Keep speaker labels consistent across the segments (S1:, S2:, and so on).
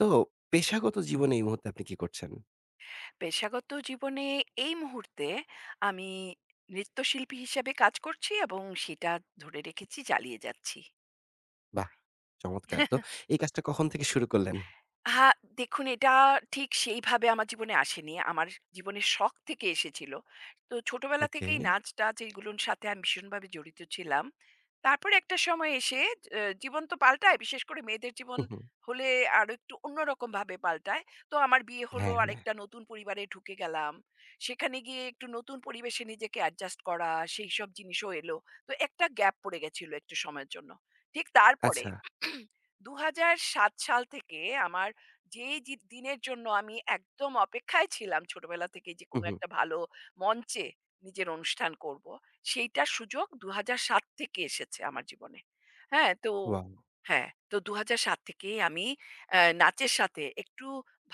S1: তো পেশাগত জীবনে এই মুহূর্তে আপনি কি করছেন?
S2: পেশাগত জীবনে এই মুহূর্তে আমি নৃত্যশিল্পী হিসাবে কাজ করছি এবং সেটা ধরে রেখেছি, চালিয়ে যাচ্ছি।
S1: বাহ! চমৎকার তো। এই কাজটা কখন থেকে শুরু করলেন?
S2: হা দেখুন, এটা ঠিক সেইভাবে আমার জীবনে আসেনি। আমার জীবনের শখ থেকে এসেছিল। তো ছোটবেলা
S1: ওকে।
S2: থেকেই নাচ-টাচ এগুলোর সাথে আমি ভীষণভাবে জড়িত ছিলাম। তারপরে একটা সময় এসে জীবন তো পাল্টায়, বিশেষ করে মেয়েদের জীবন
S1: হু, হু।
S2: হলে আরো একটু অন্যরকমভাবে পাল্টায়। তো আমার বিয়ে হলো,
S1: হ্যাঁ, হ্যাঁ।
S2: আরেকটা নতুন পরিবারে ঢুকে গেলাম। সেখানে গিয়ে একটু নতুন পরিবেশে নিজেকে অ্যাডজাস্ট করা, সেইসব জিনিসও এলো। তো একটা গ্যাপ পড়ে গেছিল একটু সময়ের জন্য। ঠিক তারপরে
S1: আচ্ছা।
S2: ২০০৭ সাল থেকে আমার যেই দিনের জন্য আমি একদম অপেক্ষায় ছিলাম ছোটবেলা থেকেই, যে
S1: হু,
S2: কোনো
S1: হু।
S2: একটা ভালো মঞ্চে নিজের অনুষ্ঠান করব। সেইটার সুযোগ ২০০৭ থেকে এসেছে আমার জীবনে। হ্যাঁ? তো
S1: ওয়াও!
S2: হ্যাঁ, তো ২০০৭ থেকেই আমি নাচের সাথে একটু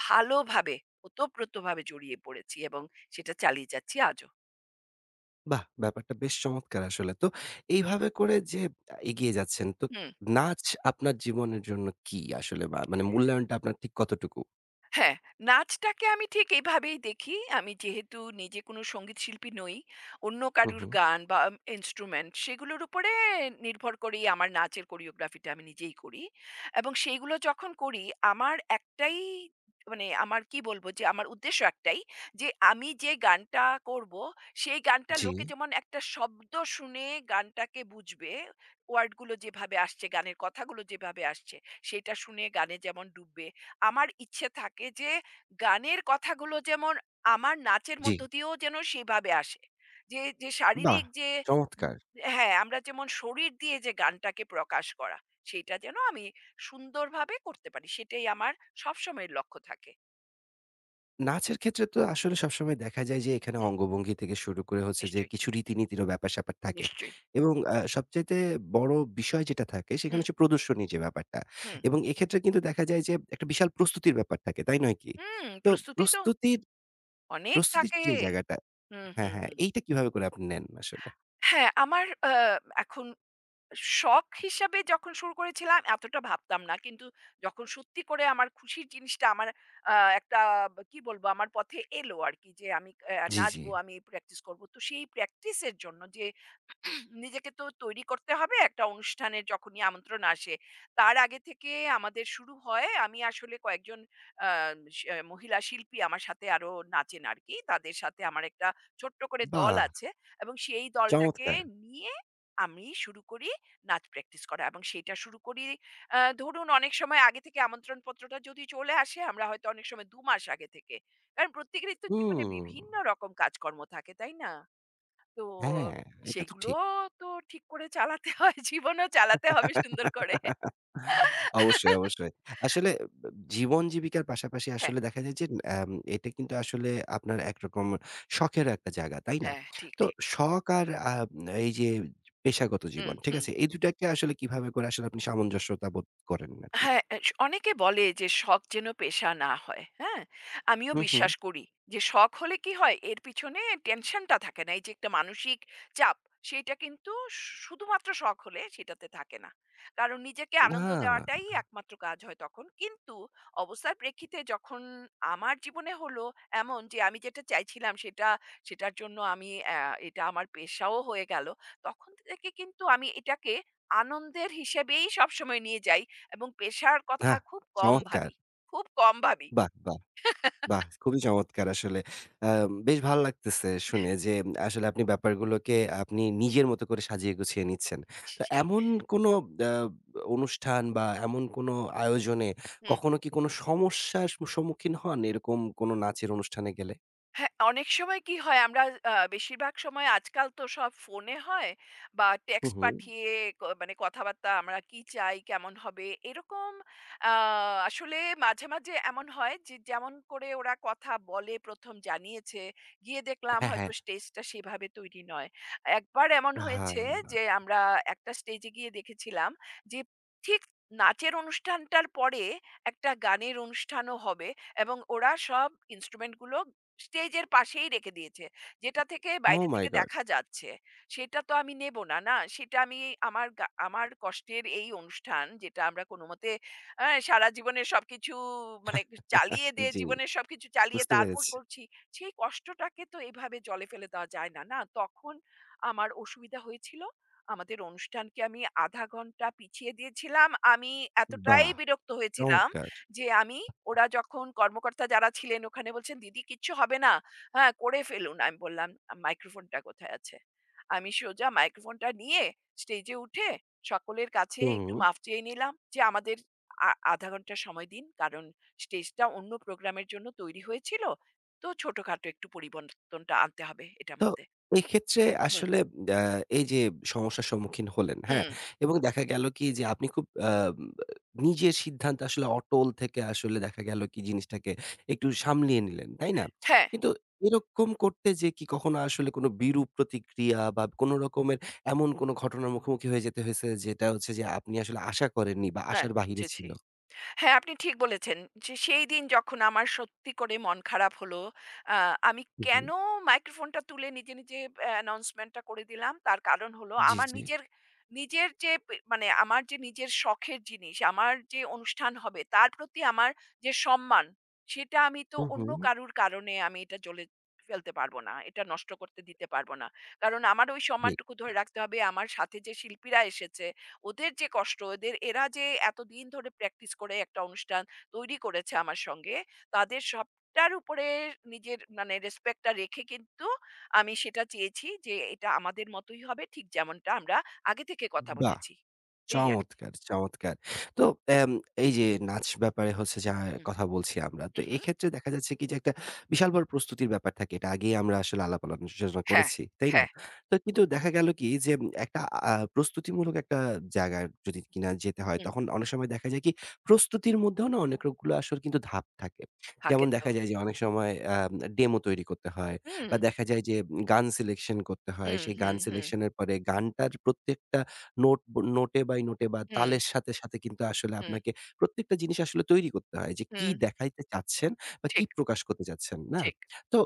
S2: ভালোভাবে ওতপ্রোতভাবে জড়িয়ে পড়েছি এবং সেটা চালিয়ে যাচ্ছি আজও।
S1: বাহ! ব্যাপারটা বেশ চমৎকার আসলে। তো এইভাবে করে যে এগিয়ে যাচ্ছেন তো
S2: হুম।
S1: নাচ আপনার জীবনের জন্য কি আসলে? বা মানে মূল্যায়নটা আপনার ঠিক কতটুকু?
S2: হ্যাঁ, নাচটাকে আমি ঠিক এভাবেই দেখি। আমি যেহেতু নিজে কোনো সঙ্গীতশিল্পী নই, অন্য
S1: হু,
S2: কারুর
S1: হু।
S2: গান বা ইন্সট্রুমেন্ট সেগুলোর উপরে নির্ভর করেই আমার নাচের কোরিওগ্রাফিটা আমি নিজেই করি। এবং সেইগুলো যখন করি, আমার একটাই, মানে আমার কি বলবো, যে আমার উদ্দেশ্য একটাই, যে আমি যে গানটা করবো সেই গানটা
S1: জি,
S2: লোকে যেমন একটা শব্দ শুনে গানটাকে বুঝবে, ওয়ার্ডগুলো যেভাবে আসছে, গানের কথাগুলো যেভাবে আসছে, সেটা শুনে গানে যেমন ডুববে, আমার ইচ্ছে থাকে যে গানের কথাগুলো যেমন আমার নাচের
S1: জি।
S2: মধ্য দিয়েও যেন সেভাবে আসে। যে, যে
S1: বাহ!
S2: শারীরিক যে উম
S1: চমৎকার।
S2: হ্যাঁ, আমরা যেমন শরীর দিয়ে যে গানটাকে প্রকাশ করা, সেইটা যেন আমি সুন্দরভাবে করতে পারি। সেটাই আমার সবসময়ের লক্ষ্য থাকে।
S1: নাচের ক্ষেত্রে তো আসলে সবসময় দেখা যায় যে এখানে
S2: হুম,
S1: অঙ্গভঙ্গি থেকে শুরু করে হচ্ছে যে
S2: নিশ্চয়ই,
S1: কিছু রীতিনীতিরও ব্যাপার-স্যাপার থাকে
S2: নিশ্চয়ই।
S1: এবং সবচাইতে বড় বিষয় যেটা থাকে সেখানে
S2: হুম,
S1: হচ্ছে প্রদর্শনী যে ব্যাপারটা
S2: হুম,
S1: এবং এক্ষেত্রে কিন্তু দেখা যায় যে একটা বিশাল প্রস্তুতির ব্যাপার থাকে, তাই নয় কি?
S2: হুম,
S1: তো
S2: প্রস্তুতি তো
S1: প্রস্তুতির
S2: অনেক
S1: প্রস্তুতির
S2: থাকে।
S1: যে জায়গাটা
S2: হুম,
S1: হ্যাঁ,
S2: হুম,
S1: হ্যাঁ,
S2: হুম।
S1: এইটা কিভাবে করে আপনি নেন আসলে?
S2: হ্যাঁ, আমার এখন শখ হিসাবে যখন শুরু করেছিলাম এতটা ভাবতাম না, কিন্তু যখন সত্যি করে আমার খুশির জিনিসটা আমার আহ, একটা কি বলবো, আমার পথে এলো আর কি, যে আমি আহ,
S1: জি, জি।
S2: নাচবো, আমি প্র্যাকটিস করব, তো সেই প্র্যাকটিসের জন্য যে নিজেকে তো তৈরি করতে হবে, একটা অনুষ্ঠানের যখনই আমন্ত্রণ আসে। তার আগে থেকে আমাদের শুরু হয়, আমি আসলে কয়েকজন আ স মহিলা শিল্পী আমার সাথে আরো নাচেন আরকি। তাদের সাথে আমার একটা ছোট্ট করে দল
S1: বাহ!
S2: আছে এবং সেই দলটাকে
S1: চমৎকার!
S2: নিয়ে আমি শুরু করি নাচ প্র্যাকটিস করা, এবং সেটা শুরু করি ধরুন অনেক সময় আগে থেকে, আমন্ত্রণ পত্রটা যদি চলে আসে, আমরা হয়তো অনেক সময় ২ মাস আগে থেকে। কারণ প্রত্যেকেরই তো জীবনে
S1: হুম।
S2: বিভিন্ন রকম কাজকর্ম থাকে, তাই না? তো
S1: হ্যাঁ, এটা তো
S2: সেগুলো
S1: ঠিক।
S2: তো ঠিক করে চালাতে হয়। জীবনও চালাতে হবে সুন্দর করে।
S1: অবশ্যই, অবশ্যই। আসলে ব জীবন জীবিকার পাশাপাশি
S2: হ্যাঁ,
S1: আসলে দেখা যায় যে এটা কিন্তু আসলে আপনার একরকম শখেরও একটা জায়গা, তাই না?
S2: হ্যাঁ, ঠিক,
S1: তো
S2: ঠিক।
S1: শখ আর এই যে পেশাগত
S2: হুম,
S1: জীবন, ঠিক
S2: হুম।
S1: আছে? এই দুটাকে আসলে কিভাবে করে আসলে আপনি সামঞ্জস্যতা বোধ করেন আরকি?
S2: হ্যাঁ, এ স অনেকে বলে যে শখ যেন পেশা না হয়। হ্যাঁ? আমিও
S1: হু, হু।
S2: বিশ্বাস করি যে শখ হলে কি হয়? এর পিছনে টেনশনটা থাকে না। এই যে একটা মানসিক চাপ, সেইটা কিন্তু শুধুমাত্র শখ হলে সেটাতে থাকে না। কারণ নিজেকে আনন্দ
S1: না,
S2: দেওয়াটাই একমাত্র কাজ হয় তখন। কিন্তু অবস্থার প্রেক্ষিতে যখন আমার জীবনে হলো এমন, যে আমি যেটা চাইছিলাম সেটা, সেটার জন্য আমি এটা আমার পেশাও হয়ে গেল। তখন থেকে কিন্তু আমি এটাকে আনন্দের হিসেবেই সবসময় নিয়ে যাই। এবং পেশার কথা
S1: আহ!
S2: খুব কম
S1: চমৎকার!
S2: ভাবি। খুব কম ভাবি
S1: বাহ! বাহ! বাহ! খুবই চমৎকার আসলে। আ বেশ ভাল লাগতেছে শুনে যে আসলে আপনি ব্যাপারগুলোকে আপনি নিজের মতো করে সাজিয়ে গুছিয়ে নিচ্ছেন। তো
S2: সেই।
S1: এমন কোনো আ অনুষ্ঠান বা এমন কোনো আয়োজনে
S2: হুম।
S1: কখনো কি কোনো সমস্যার সম্মুখীন হন এরকম কোনো নাচের অনুষ্ঠানে গেলে?
S2: হ্যাঁ, অনেক সময় কি হয়, আমরা বেশিরভাগ সময় আজকাল তো সব ফোনে হয় বা
S1: হু,
S2: টেক্সট
S1: হু।
S2: পাঠিয়ে মানে কথাবার্তা, আমরা কি চাই, কেমন হবে এরকম আ আসলে মাঝে, মাঝে এমন হয়, যে যেমন করে ওরা কথা বলে ১ম জানিয়েছে, গিয়ে দেখলাম
S1: হ্যাঁ,
S2: হয়তো
S1: হ্যাঁ।
S2: স্টেজটা সেভাবে তৈরি নয়। একবার এমন
S1: হ্যাঁ।
S2: হয়েছে যে আমরা একটা স্টেজে গিয়ে দেখেছিলাম যে ঠিক নাচের অনুষ্ঠানটার পরে একটা গানের অনুষ্ঠানও হবে এবং ওরা সব ইন্সট্রুমেন্টগুলো স্টেজের পাশেই রেখে দিয়েছে। যেটা থেকে
S1: ওহ
S2: বাইরে
S1: মাই
S2: থেকে
S1: গড!
S2: দেখা যাচ্ছে। সেটা তো আমি নেব না, না? সেটা আমি, আমার আমার কষ্টের এই অনুষ্ঠান, যেটা আমরা কোনমতে সারা জীবনের সবকিছু মানে চালিয়ে দিয়ে,
S1: জি,
S2: জীবনের সবকিছু চালিয়ে
S1: বুঝতে
S2: তারপর
S1: পেরেছি।
S2: করছি। সেই কষ্টটাকে তো এভাবে জলে ফেলে দেওয়া যায় না, না? তখন আমার অসুবিধা হয়েছিল। আমাদের অনুষ্ঠানকে আমি আধা ঘন্টা পিছিয়ে দিয়েছিলাম। আমি এতটাই
S1: বাহ!
S2: বিরক্ত হয়েছিলাম
S1: চমৎকার।
S2: যে আমি, ওরা যখন, কর্মকর্তা যারা ছিলেন ওখানে বলছেন, "দিদি কিচ্ছু হবে না। হ্যাঁ, করে ফেলুন।" আমি বললাম, "মাইক্রোফোনটা কোথায় আছে?" আমি সোজা মাইক্রোফোনটা নিয়ে স্টেজে উঠে সকলের কাছে
S1: হু,
S2: একটু
S1: হু।
S2: মাফ চেয়ে নিলাম যে, "আমাদের আধা ঘন্টা সময় দিন। কারণ স্টেজটা অন্য প্রোগ্রামের জন্য তৈরি হয়েছিল। তো ছোটখাটো একটু পরিবর্তনটা আনতে হবে এটার
S1: তো
S2: মধ্যে।"
S1: এক্ষেত্রে
S2: হুম,
S1: আসলে আ এই যে সমস্যার সম্মুখীন হলেন, হ্যাঁ?
S2: হুম।
S1: এবং দেখা গেল কি যে আপনি খুব নিজের সিদ্ধান্তে আসলে অটল থেকে আসলে দেখা গেল কি জিনিসটাকে একটু সামলিয়ে নিলেন, তাই না?
S2: হ্যাঁ,
S1: কিন্তু এরকম করতে যেয়ে কি কখনো আসলে কোনো বিরূপ প্রতিক্রিয়া বা কোনো রকমের এমন কোনো ঘটনার মুখোমুখি হয়ে যেতে হয়েছে যেটা হচ্ছে যে আপনি আসলে আশা করেননি বা
S2: হ্যাঁ,
S1: আশার বাহিরে
S2: বুঝেছি।
S1: ছিল?
S2: হ্যাঁ, আপনি ঠিক বলেছেন। যে সেই দিন যখন আমার সত্যি করে মন খারাপ হলো, আ আমি
S1: হু, হু।
S2: কেন মাইক্রোফোনটা তুলে নিজে, নিজে অ্যানাউন্সমেন্টটা করে দিলাম, তার কারণ হলো
S1: জি,
S2: আমার
S1: জি।
S2: নিজের, নিজের যে মানে আমার যে নিজের শখের জিনিস, আমার যে অনুষ্ঠান হবে তার প্রতি আমার যে সম্মান, সেটা আমি তো
S1: হু, হু।
S2: অন্য কারুর কারণে আমি এটা জ্বলে ফেলতে পারব না। এটা নষ্ট করতে দিতে পারব না। কারণ আমার ওই
S1: ঠিক।
S2: সম্মানটুকু ধরে রাখতে হবে। আমার সাথে যে শিল্পীরা এসেছে, ওদের যে কষ্ট, ওদের এরা যে এতদিন ধরে প্র্যাকটিস করে একটা অনুষ্ঠান তৈরি করেছে আমার সঙ্গে, তাদের সবটার উপরে নিজের মানে রেসপেক্টটা রেখে কিন্তু আমি সেটা চেয়েছি যে এটা আমাদের মতোই হবে, ঠিক যেমনটা আমরা আগে থেকে কথা
S1: বাহ!
S2: বলেছি। এই আর কি।
S1: চমৎকার, চমৎকার। তো এম এই যে নাচ ব্যাপারে হচ্ছে যা
S2: হুম,
S1: কথা বলছি আমরা। তো
S2: হুম, হুম,
S1: এক্ষেত্রে দেখা যাচ্ছে কি যে একটা বিশাল বড় প্রস্তুতির ব্যাপার থাকে। এটা আগেই আমরা আসলে আলাপ আলোচনা
S2: হ্যাঁ,
S1: করেছি। তাই না?
S2: হ্যাঁ,
S1: তো কিন্তু দেখা গেল কি যে একটা প্রস্তুতিমূলক একটা জায়গায় যদি কিনা যেতে হয়
S2: হুম,
S1: তখন অনেক সময় দেখা যায় কি প্রস্তুতির মধ্যেও না অনেক রকগুলো আসল কিন্তু ধাপ থাকে। যেমন
S2: থাকে তো,
S1: দেখা যায় যে অনেক সময় ডেমো তৈরি করতে হয়
S2: হুম,
S1: বা দেখা যায় যে গান সিলেকশন করতে হয়।
S2: হুম,
S1: সেই গান
S2: হুম, হুম,
S1: সিলেকশন এর পরে গানটার প্রত্যেকটা নোটে বাই নোটে বা
S2: হুম,
S1: তালের সাথে, সাথে কিন্তু আসলে
S2: হুম,
S1: আপনাকে প্রত্যেকটা জিনিস আসলে তৈরি করতে হয় যে কি
S2: হুম,
S1: দেখাইতে চাচ্ছেন বা কি
S2: ঠিক,
S1: প্রকাশ করতে চাচ্ছেন, না?
S2: ঠিক,
S1: তো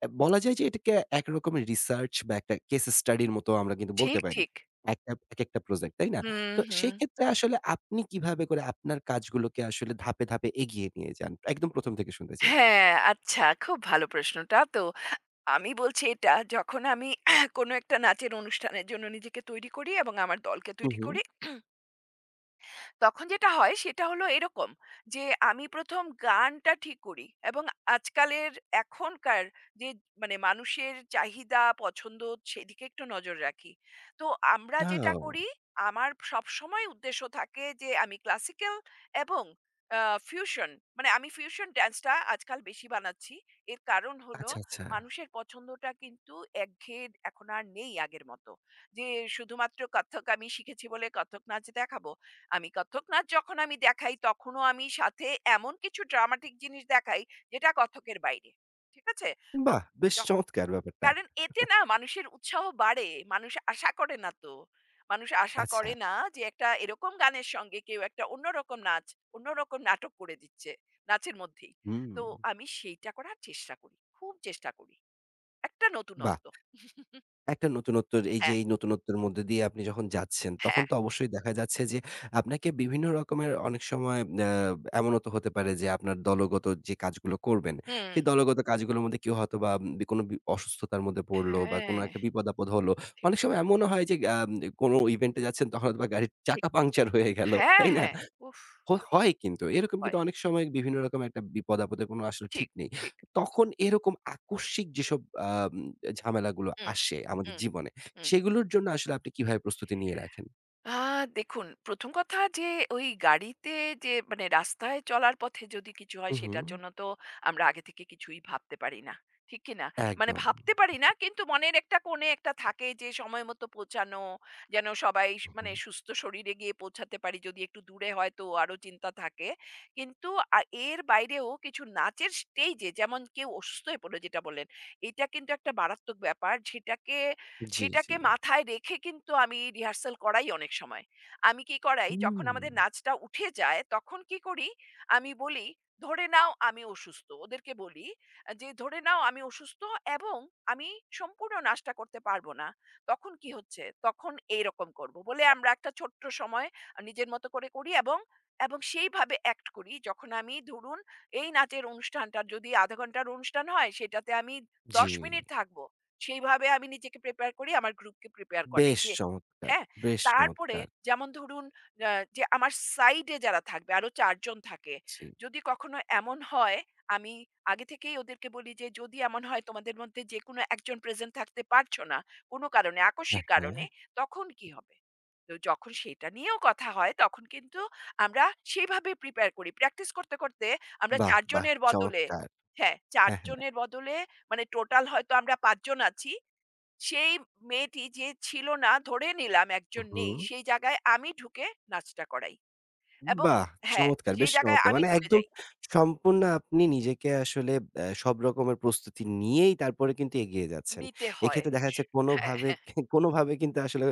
S1: বলা যায় যে এটাকে একরকমের রিসার্চ বা একটা কেস স্টাডির মতো আমরা কিন্তু বলতে
S2: ঠিক,
S1: পারি।
S2: ঠিক,
S1: একটা একেকটা প্রজেক্ট, তাই না?
S2: হুম,
S1: তো
S2: হুম।
S1: সেক্ষেত্রে আসলে আপনি কিভাবে করে আপনার কাজগুলোকে আসলে ধাপে, ধাপে এগিয়ে নিয়ে যান? একদম ১ম থেকে শুনতে চাই।
S2: হ্যাঁ, আচ্ছা, খুব ভালো প্রশ্নটা তো। আমি বলছি এটা, যখন আমি কোনো একটা নাচের অনুষ্ঠানের জন্য নিজেকে তৈরি করি এবং আমার দলকে
S1: হু,
S2: তৈরি
S1: হু।
S2: করি। তখন যেটা হয় সেটা হলো এরকম, যে আমি ১ম গানটা ঠিক করি, এবং আজকালের এখনকার যে, মানে মানুষের চাহিদা, পছন্দ, সেদিকে একটু নজর রাখি। তো আমরা যেটা
S1: ও!
S2: করি, আমার সবসময় উদ্দেশ্য থাকে যে আমি ক্লাসিক্যাল এবং আ ফিউশন, মানে আমি ফিউশন ডান্সটা আজকাল বেশি বানাচ্ছি। এর কারণ হলো
S1: আচ্ছা, আচ্ছা।
S2: মানুষের পছন্দটা কিন্তু একঘেয়ে এখন আর নেই আগের মতো। যে শুধুমাত্র কত্থক আমি শিখেছি বলে কত্থক নাচ দেখাবো। আমি কত্থক নাচ যখন আমি দেখাই তখনও আমি সাথে এমন কিছু ড্রামাটিক জিনিস দেখাই যেটা কত্থকের বাইরে। ঠিক আছে? তো
S1: বাহ! বেশ
S2: য
S1: চমৎকার ব্যাপারটা।
S2: কারণ এতে না মানুষের উৎসাহ বাড়ে। মানুষ আশা করে না তো। মানুষ আশা
S1: আচ্ছা।
S2: করে না যে একটা এরকম গানের সঙ্গে কেউ একটা অন্যরকম নাচ, অন্যরকম নাটক করে দিচ্ছে নাচের মধ্যেই।
S1: হুম।
S2: তো আমি সেইটা করার চেষ্টা করি। খুব চেষ্টা করি। একটা
S1: বাহ!
S2: নতুনত্ব।
S1: একটা নতুনত্ব এই যে
S2: হ্যাঁ,
S1: এই নতুনত্বের মধ্যে দিয়ে আপনি যখন যাচ্ছেন, তখন
S2: হ্যাঁ।
S1: তো অবশ্যই দেখা যাচ্ছে যে আপনাকে বিভিন্ন রকমের অনেক সময় আ এমনও তো হতে পারে যে আপনার দলগত যে কাজগুলো করবেন,
S2: হুম।
S1: সেই দলগত কাজগুলোর মধ্যে কেউ হয়তোবা কোনো অসুস্থতার মধ্যে পড়লো বা কোনো
S2: হ্যাঁ,
S1: একটা বিপদ-আপদ হলো।
S2: ঠিক,
S1: অনেক সময় এমনও হয় যে কোনো ইভেন্টে যাচ্ছেন তখন হয়তোবা গাড়ির
S2: ঠিক।
S1: চাকা পাংচার হয়ে গেল,
S2: হ্যাঁ,
S1: তাই না?
S2: হ্যাঁ। উফ!
S1: হয় কিন্তু। এরকম
S2: হয়।
S1: কিন্তু অনেক সময় বিভিন্ন রকম একটা বিপদ-আপদের কোনো আসলে ঠিক
S2: ঠিক,
S1: নেই।
S2: ঠিক।
S1: তখন এরকম আকস্মিক যেসব আম ঝামেলাগুলো
S2: হুম,
S1: আসে আমাদের
S2: হুম,
S1: জীবনে,
S2: হুম।
S1: সেগুলোর জন্য আসলে আপনি কিভাবে প্রস্তুতি নিয়ে রাখেন?
S2: আ দেখুন, ১ম কথা, যে ওই গাড়িতে, যে মানে রাস্তায় চলার পথে যদি কিছু
S1: হু,
S2: হয়
S1: হু।
S2: সেটার জন্য তো আমরা আগে থেকে কিছুই ভাবতে পারি না। ঠিক কি না? মানে
S1: একদম।
S2: ভাবতে পারি না, কিন্তু মনের একটা কোণে একটা থাকে যে সময় মতো পৌঁছানো, যেন সবাই
S1: হু, হু।
S2: মানে সুস্থ শরীরে গিয়ে পৌঁছাতে পারি। যদি একটু দূরে হয় তো আরো চিন্তা থাকে। কিন্তু আ এর বাইরেও কিছু নাচের স্টেজে যেমন কেউ অসুস্থ হয়ে পড়লো যেটা বললেন, এটা কিন্তু একটা মারাত্মক ব্যাপার। সেটাকে,
S1: জি, জি।
S2: সেটাকে মাথায় রেখে কিন্তু আমি রিহার্সাল করাই অনেক সময়। আমি কি করাই, যখন
S1: হুম।
S2: আমাদের নাচটা উঠে যায় তখন কি করি, আমি বলি, "ধরে নাও আমি অসুস্থ।" ওদেরকে বলি যে, "ধরে নাও আমি অসুস্থ এবং আমি সম্পূর্ণ নাচটা করতে পারব না। তখন কি হচ্ছে? তখন এইরকম করব।" বলে আমরা একটা ছোট্ট সময় নিজের মতো করে করি এবং এবং সেইভাবে অ্যাক্ট করি, যখন আমি ধরুন এই নাচের অনুষ্ঠানটা যদি আধা ঘন্টার অনুষ্ঠান হয় সেটাতে আমি
S1: জি।
S2: ১০ মিনিট থাকব। সেইভাবে আমি নিজেকে প্রিপেয়ার করি, আমার গ্রুপকে প্রিপেয়ার করাই
S1: বেশ
S2: যে,
S1: চমৎকার,
S2: হ্যাঁ?
S1: বেশ
S2: তারপরে
S1: চমৎকার।
S2: যেমন ধরুন, আ যে আমার সাইডে যারা থাকবে আরো ৪ জন থাকে।
S1: জি।
S2: যদি কখনো এমন হয়, আমি আগে থেকেই ওদেরকে বলি যে, "যদি এমন হয় তোমাদের মধ্যে যেকোনো একজন প্রেজেন্ট থাকতে পারছো না, কোনো কারণে,
S1: হ্যাঁ,
S2: আকস্মিক
S1: হ্যাঁ।
S2: কারণে, তখন কি হবে?" তো যখন সেটা নিয়েও কথা হয় তখন কিন্তু আমরা সেভাবে প্রিপেয়ার করি। প্র্যাকটিস করতে, করতে আমরা
S1: বাহ!
S2: ৪
S1: বাহ!
S2: জনের বদলে,
S1: চমৎকার।
S2: হ্যাঁ, ৪
S1: হ্যাঁ, হ্যাঁ।
S2: জনের বদলে, মানে টোটাল হয়তো আমরা ৫ জন আছি। সেই মেয়েটি যে ছিল না, ধরে নিলাম
S1: হু,
S2: একজন
S1: হু।
S2: নেই, সেই জায়গায় আমি ঢুকে নাচটা করাই এবং
S1: বাহ!
S2: হ্যাঁ,
S1: চমৎকার,
S2: সেই
S1: বেশ
S2: জায়গায়
S1: চমৎকার।
S2: আমি
S1: মানে
S2: ঢুকে
S1: একদম
S2: যাই।
S1: সম্পূর্ণ আপনি নিজেকে আসলে সব রকমের প্রস্তুতি নিয়েই তারপরে কিন্তু এগিয়ে যাচ্ছেন।
S2: নিতে হয়।
S1: এক্ষেত্রে দেখা
S2: স
S1: যাচ্ছে
S2: হ্যাঁ,
S1: কোনোভাবে
S2: হ্যাঁ।
S1: কোনোভাবে কিন্তু আসলে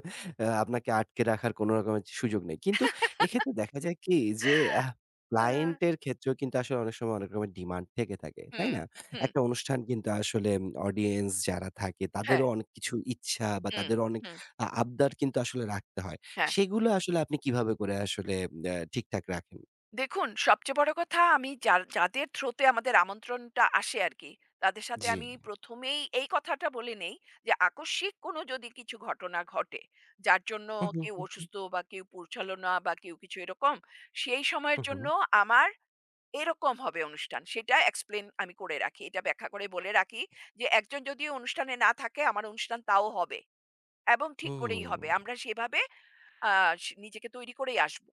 S1: আপনাকে আটকে রাখার কোনো রকমের সুযোগ নেই। কিন্তু এক্ষেত্রে দেখা যায় কি যে আহ
S2: আ
S1: ক্লায়েন্ট এর ক্ষেত্রেও কিন্তু আসলে অনেক সময় অনেক রকমের ডিমান্ড থেকে থাকে। তাই
S2: হুম,
S1: না?
S2: হুম,
S1: একটা অনুষ্ঠান কিন্তু আসলে অডিয়েন্স যারা থাকে
S2: হ্যাঁ,
S1: তাদেরও অনেক কিছু ইচ্ছা বা
S2: হুম,
S1: তাদেরও অনেক
S2: হুম,
S1: আবদার কিন্তু আসলে রাখতে হয়।
S2: হ্যাঁ।
S1: সেগুলো আসলে আপনি কিভাবে করে আসলে ঠিকঠাক রাখেন?
S2: দেখুন, সবচেয়ে বড় কথা, আমি যার, যাদের থ্রুতে আমাদের আমন্ত্রণটা আসে আরকি, তাদের সাথে
S1: জি।
S2: আমি ১ম এই এই কথাটা বলে নেই যে, আকস্মিক কোনো যদি কিছু ঘটনা ঘটে, যার জন্য
S1: হু, হু,
S2: কেউ
S1: হু, হু,
S2: অসুস্থ বা কেউ পৌঁছালো না বা কেউ কিছু এরকম, সেই সময়ের
S1: হু, হু,
S2: জন্য আমার এরকম হবে অনুষ্ঠান। সেটা এক্সপ্লেইন আমি করে রাখি। এটা ব্যাখ্যা করে বলে রাখি যে, একজন যদি অনুষ্ঠানে না থাকে, আমার অনুষ্ঠান তাও হবে এবং ঠিক করেই হবে।
S1: হুম।
S2: আমরা সেভাবে আ স নিজেকে তৈরি করেই আসব।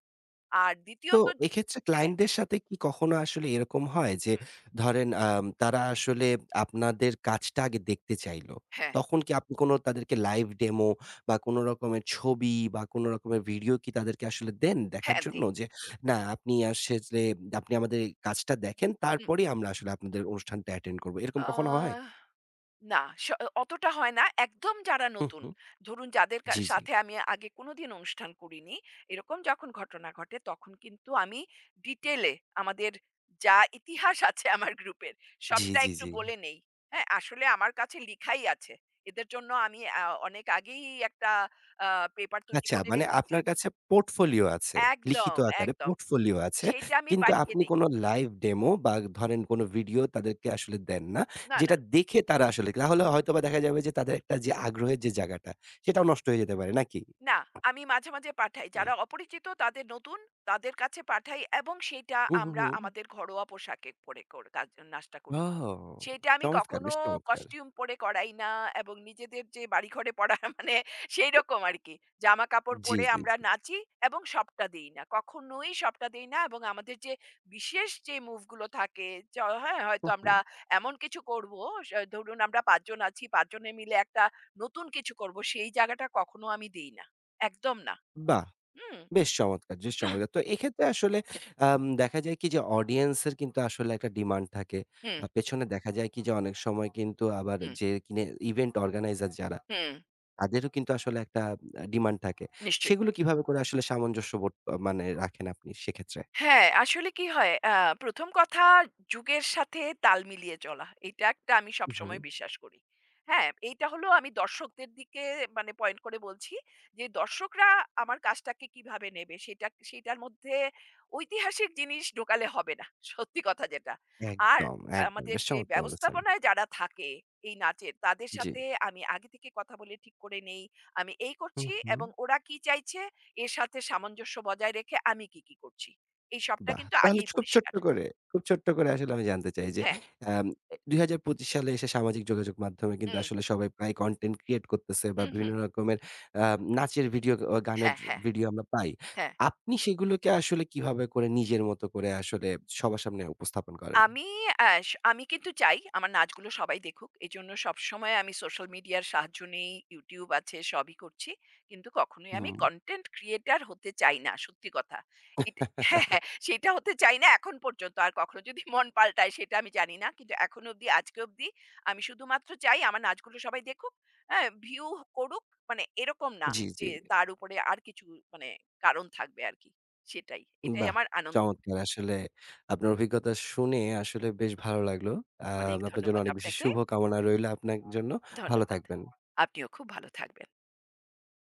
S2: আর
S1: তো
S2: দ্বিতীয়ত,
S1: এক্ষেত্রে
S2: হ্যাঁ।
S1: ক্লায়েন্টদের সাথে কি কখনো আসলে এরকম হয় যে
S2: হুম।
S1: ধরেন তারা আসলে আপনাদের কাজটা আগে দেখতে চাইল।
S2: হ্যাঁ,
S1: তখন কি আপনি কোন তাদেরকে লাইভ ডেমো বা কোন রকমের ছবি বা কোন রকমের ভিডিও কি তাদেরকে আসলে দেন দেখার
S2: হ্যাঁ,
S1: জন্য?
S2: দেই।
S1: যে না আপনি আসলে আপনি আমাদের এই কাজটা দেখেন
S2: হুম।
S1: তারপরেই আমরা আসলে আপনাদের অনুষ্ঠানটা অ্যাটেন্ড করব। এরকম কখনো হয়?
S2: আ না, অতটা হয় না। একদম যারা
S1: হু,
S2: নতুন,
S1: হু।
S2: ধরুন যাদের
S1: জি, জি।
S2: সাথে আমি আগে কোনোদিন অনুষ্ঠান করিনি, এরকম যখন ঘটনা ঘটে তখন কিন্তু আমি ডিটেইলে আমাদের যা ইতিহাস আছে আমার গ্রুপের,
S1: জি,
S2: সবটা
S1: জি,
S2: একটু
S1: জি।
S2: বলে নেই। হ্যাঁ, আসলে আমার কাছে লিখাই আছে। এদের জন্য আমি অনেক আগেই একটা আ পেপার তৈরি
S1: আচ্ছা,
S2: করে
S1: মানে
S2: রেখেছি
S1: আপনার
S2: এবং
S1: কাছে পোর্টফোলিও আছে। লিখিত
S2: একদম,
S1: আকারে
S2: একদম।
S1: পোর্টফোলিও আছে।
S2: সেইটা আমি
S1: কিন্তু
S2: পাঠিয়ে
S1: আপনি
S2: দেই।
S1: কোন লাইভ ডেমো বা ধরেন কোন ভিডিও তাদেরকে আসলে দেন না।
S2: না, না।
S1: যেটা দেখে তারা আসলে তাহলে হয়তোবা দেখা যাবে যে তাদের একটা যে আগ্রহের যে জায়গাটা, সেটাও নষ্ট হয়ে যেতে পারে নাকি?
S2: না, আমি মাঝে, মাঝে পাঠাই। যারা অপরিচিত, তাদের নতুন, তাদের কাছে পাঠাই এবং সেইটা
S1: হু, হু,
S2: আমরা
S1: হু।
S2: আমাদের ঘরোয়া পোশাকে পরে কাজ নাস্তা করি।
S1: ও!
S2: সেইটা আমি
S1: চমৎকার!
S2: কখনো
S1: বেশ চমৎকার!
S2: কস্টিউম পরে করাই না এবং নিজেদের যে বাড়িঘরে পরা মানে সেইরকম আরকি। জামাকাপড়
S1: জি,
S2: পরে
S1: জি,
S2: আমরা
S1: জি।
S2: নাচি এবং সবটা দেই না। কখনোই সবটা দেই না, এবং আমাদের যে বিশেষ যে মুভগুলো থাকে, চ হ্যাঁ?
S1: হু,
S2: হয়তো
S1: হু।
S2: আমরা এমন কিছু করবো, ধরুন আমরা ৫ জন আছি, ৫ জনে মিলে একটা নতুন কিছু করবো, সেই জায়গাটা কখনো আমি দেই না। একদম না।
S1: বাহ!
S2: হুম?
S1: বেশ চমৎকার, বেশ চমৎকার! তো এক্ষেত্রে আসলে
S2: হুম,
S1: দেখা যায় কি যে অডিয়েন্সের কিন্তু আসলে একটা ডিমান্ড থাকে
S2: হুম,
S1: বা পেছনে দেখা যায় কি যে অনেক সময় কিন্তু আবার
S2: হুম,
S1: যে কিনে ইভেন্ট অর্গানাইজার যারা
S2: হুম,
S1: তাদেরও কিন্তু আসলে একটা ডিমান্ড থাকে।
S2: নিশ্চয়ই।
S1: সেগুলো কিভাবে করে আসলে সামঞ্জস্য বোধ মানে রাখেন আপনি সেক্ষেত্রে?
S2: হ্যাঁ, আসলে কি হয়? ১ম কথা, যুগের সাথে তাল মিলিয়ে চলা। এটা একটা আমি
S1: হুম।
S2: সবসময় বিশ্বাস করি। হ্যাঁ, এইটা হলো আমি দর্শকদের দিকে মানে পয়েন্ট করে বলছি যে, দর্শকরা আমার কাজটাকে কিভাবে নেবে? সেটা, সেটার মধ্যে ঐতিহাসিক জিনিস ঢোকালে হবে না। সত্যি কথা যেটা। আর
S1: একদম, একদম।
S2: আমাদের
S1: বেশ
S2: যে
S1: চমৎকার বলেছেন।
S2: ব্যবস্থাপনায় যারা থাকে এই নাচের, তাদের
S1: জি।
S2: সাথে আমি আগে থেকে কথা বলে ঠিক করে নেই। আমি এই
S1: হু,
S2: করছি
S1: হু।
S2: এবং ওরা কি চাইছে? এর সাথে সামঞ্জস্য বজায় রেখে আমি কি, কি করছি? এই সবটা
S1: বাহ!
S2: কিন্তু
S1: তাহলে
S2: আগেই
S1: খুব ছোট্ট
S2: পরিষ্কার।
S1: করে, খুব ছোট্ট করে আসলে আমি জানতে চাই যে
S2: হ্যাঁ।
S1: আম এ ২০২৫ সালে এসে সামাজিক যোগাযোগ মাধ্যমে কিন্তু
S2: হুম।
S1: আসলে সবাই প্রায় কনটেন্ট ক্রিয়েট করতেছে বা
S2: হুম, হুম।
S1: বিভিন্ন রকমের আ নাচের ভিডিও, গানের
S2: হ্যাঁ, হ্যাঁ,
S1: ভিডিও আমরা পাই।
S2: হ্যাঁ।
S1: আপনি সেগুলোকে আসলে কিভাবে করে নিজের মতো করে আসলে সবার সামনে উপস্থাপন করেন?
S2: আমি আ স আমি কিন্তু চাই আমার নাচগুলো সবাই দেখুক। এজন্য সবসময় আমি সোশ্যাল মিডিয়ার সাহায্য নেই। YouTube আছে, সবই করছি। কিন্তু কখনোই আমি
S1: হুম।
S2: কনটেন্ট ক্রিয়েটর হতে চাই না, সত্যি কথা। এট হ্যাঁ, হ্যাঁ, সেটা হতে চাই না এখন পর্যন্ত। আর কখনো যদি মন পাল্টায় সেটা আমি জানি না। কিন্তু এখন অবধি, আজকে অবধি আমি শুধুমাত্র চাই আমার নাচগুলো সবাই দেখুক। হ্যাঁ, ভিউ করুক। মানে এরকম না
S1: জি, জি।
S2: যে তার উপরে আর কিছু মানে কারণ থাকবে আরকি। সেটাই। এটাই
S1: বাহ!
S2: আমার আনন্দ।
S1: চমৎকার। আসলে আপনার অভিজ্ঞতা শুনে আসলে বেশ ভালো লাগলো। আ
S2: অনেক
S1: আপনার জন্য
S2: ধন্যবাদ
S1: অনেক বেশি
S2: আপনাকে।
S1: শুভকামনা রইলো আপনার জন্য। ভালো
S2: ধন্যবাদ।
S1: থাকবেন।
S2: আপনিও খুব ভালো থাকবেন।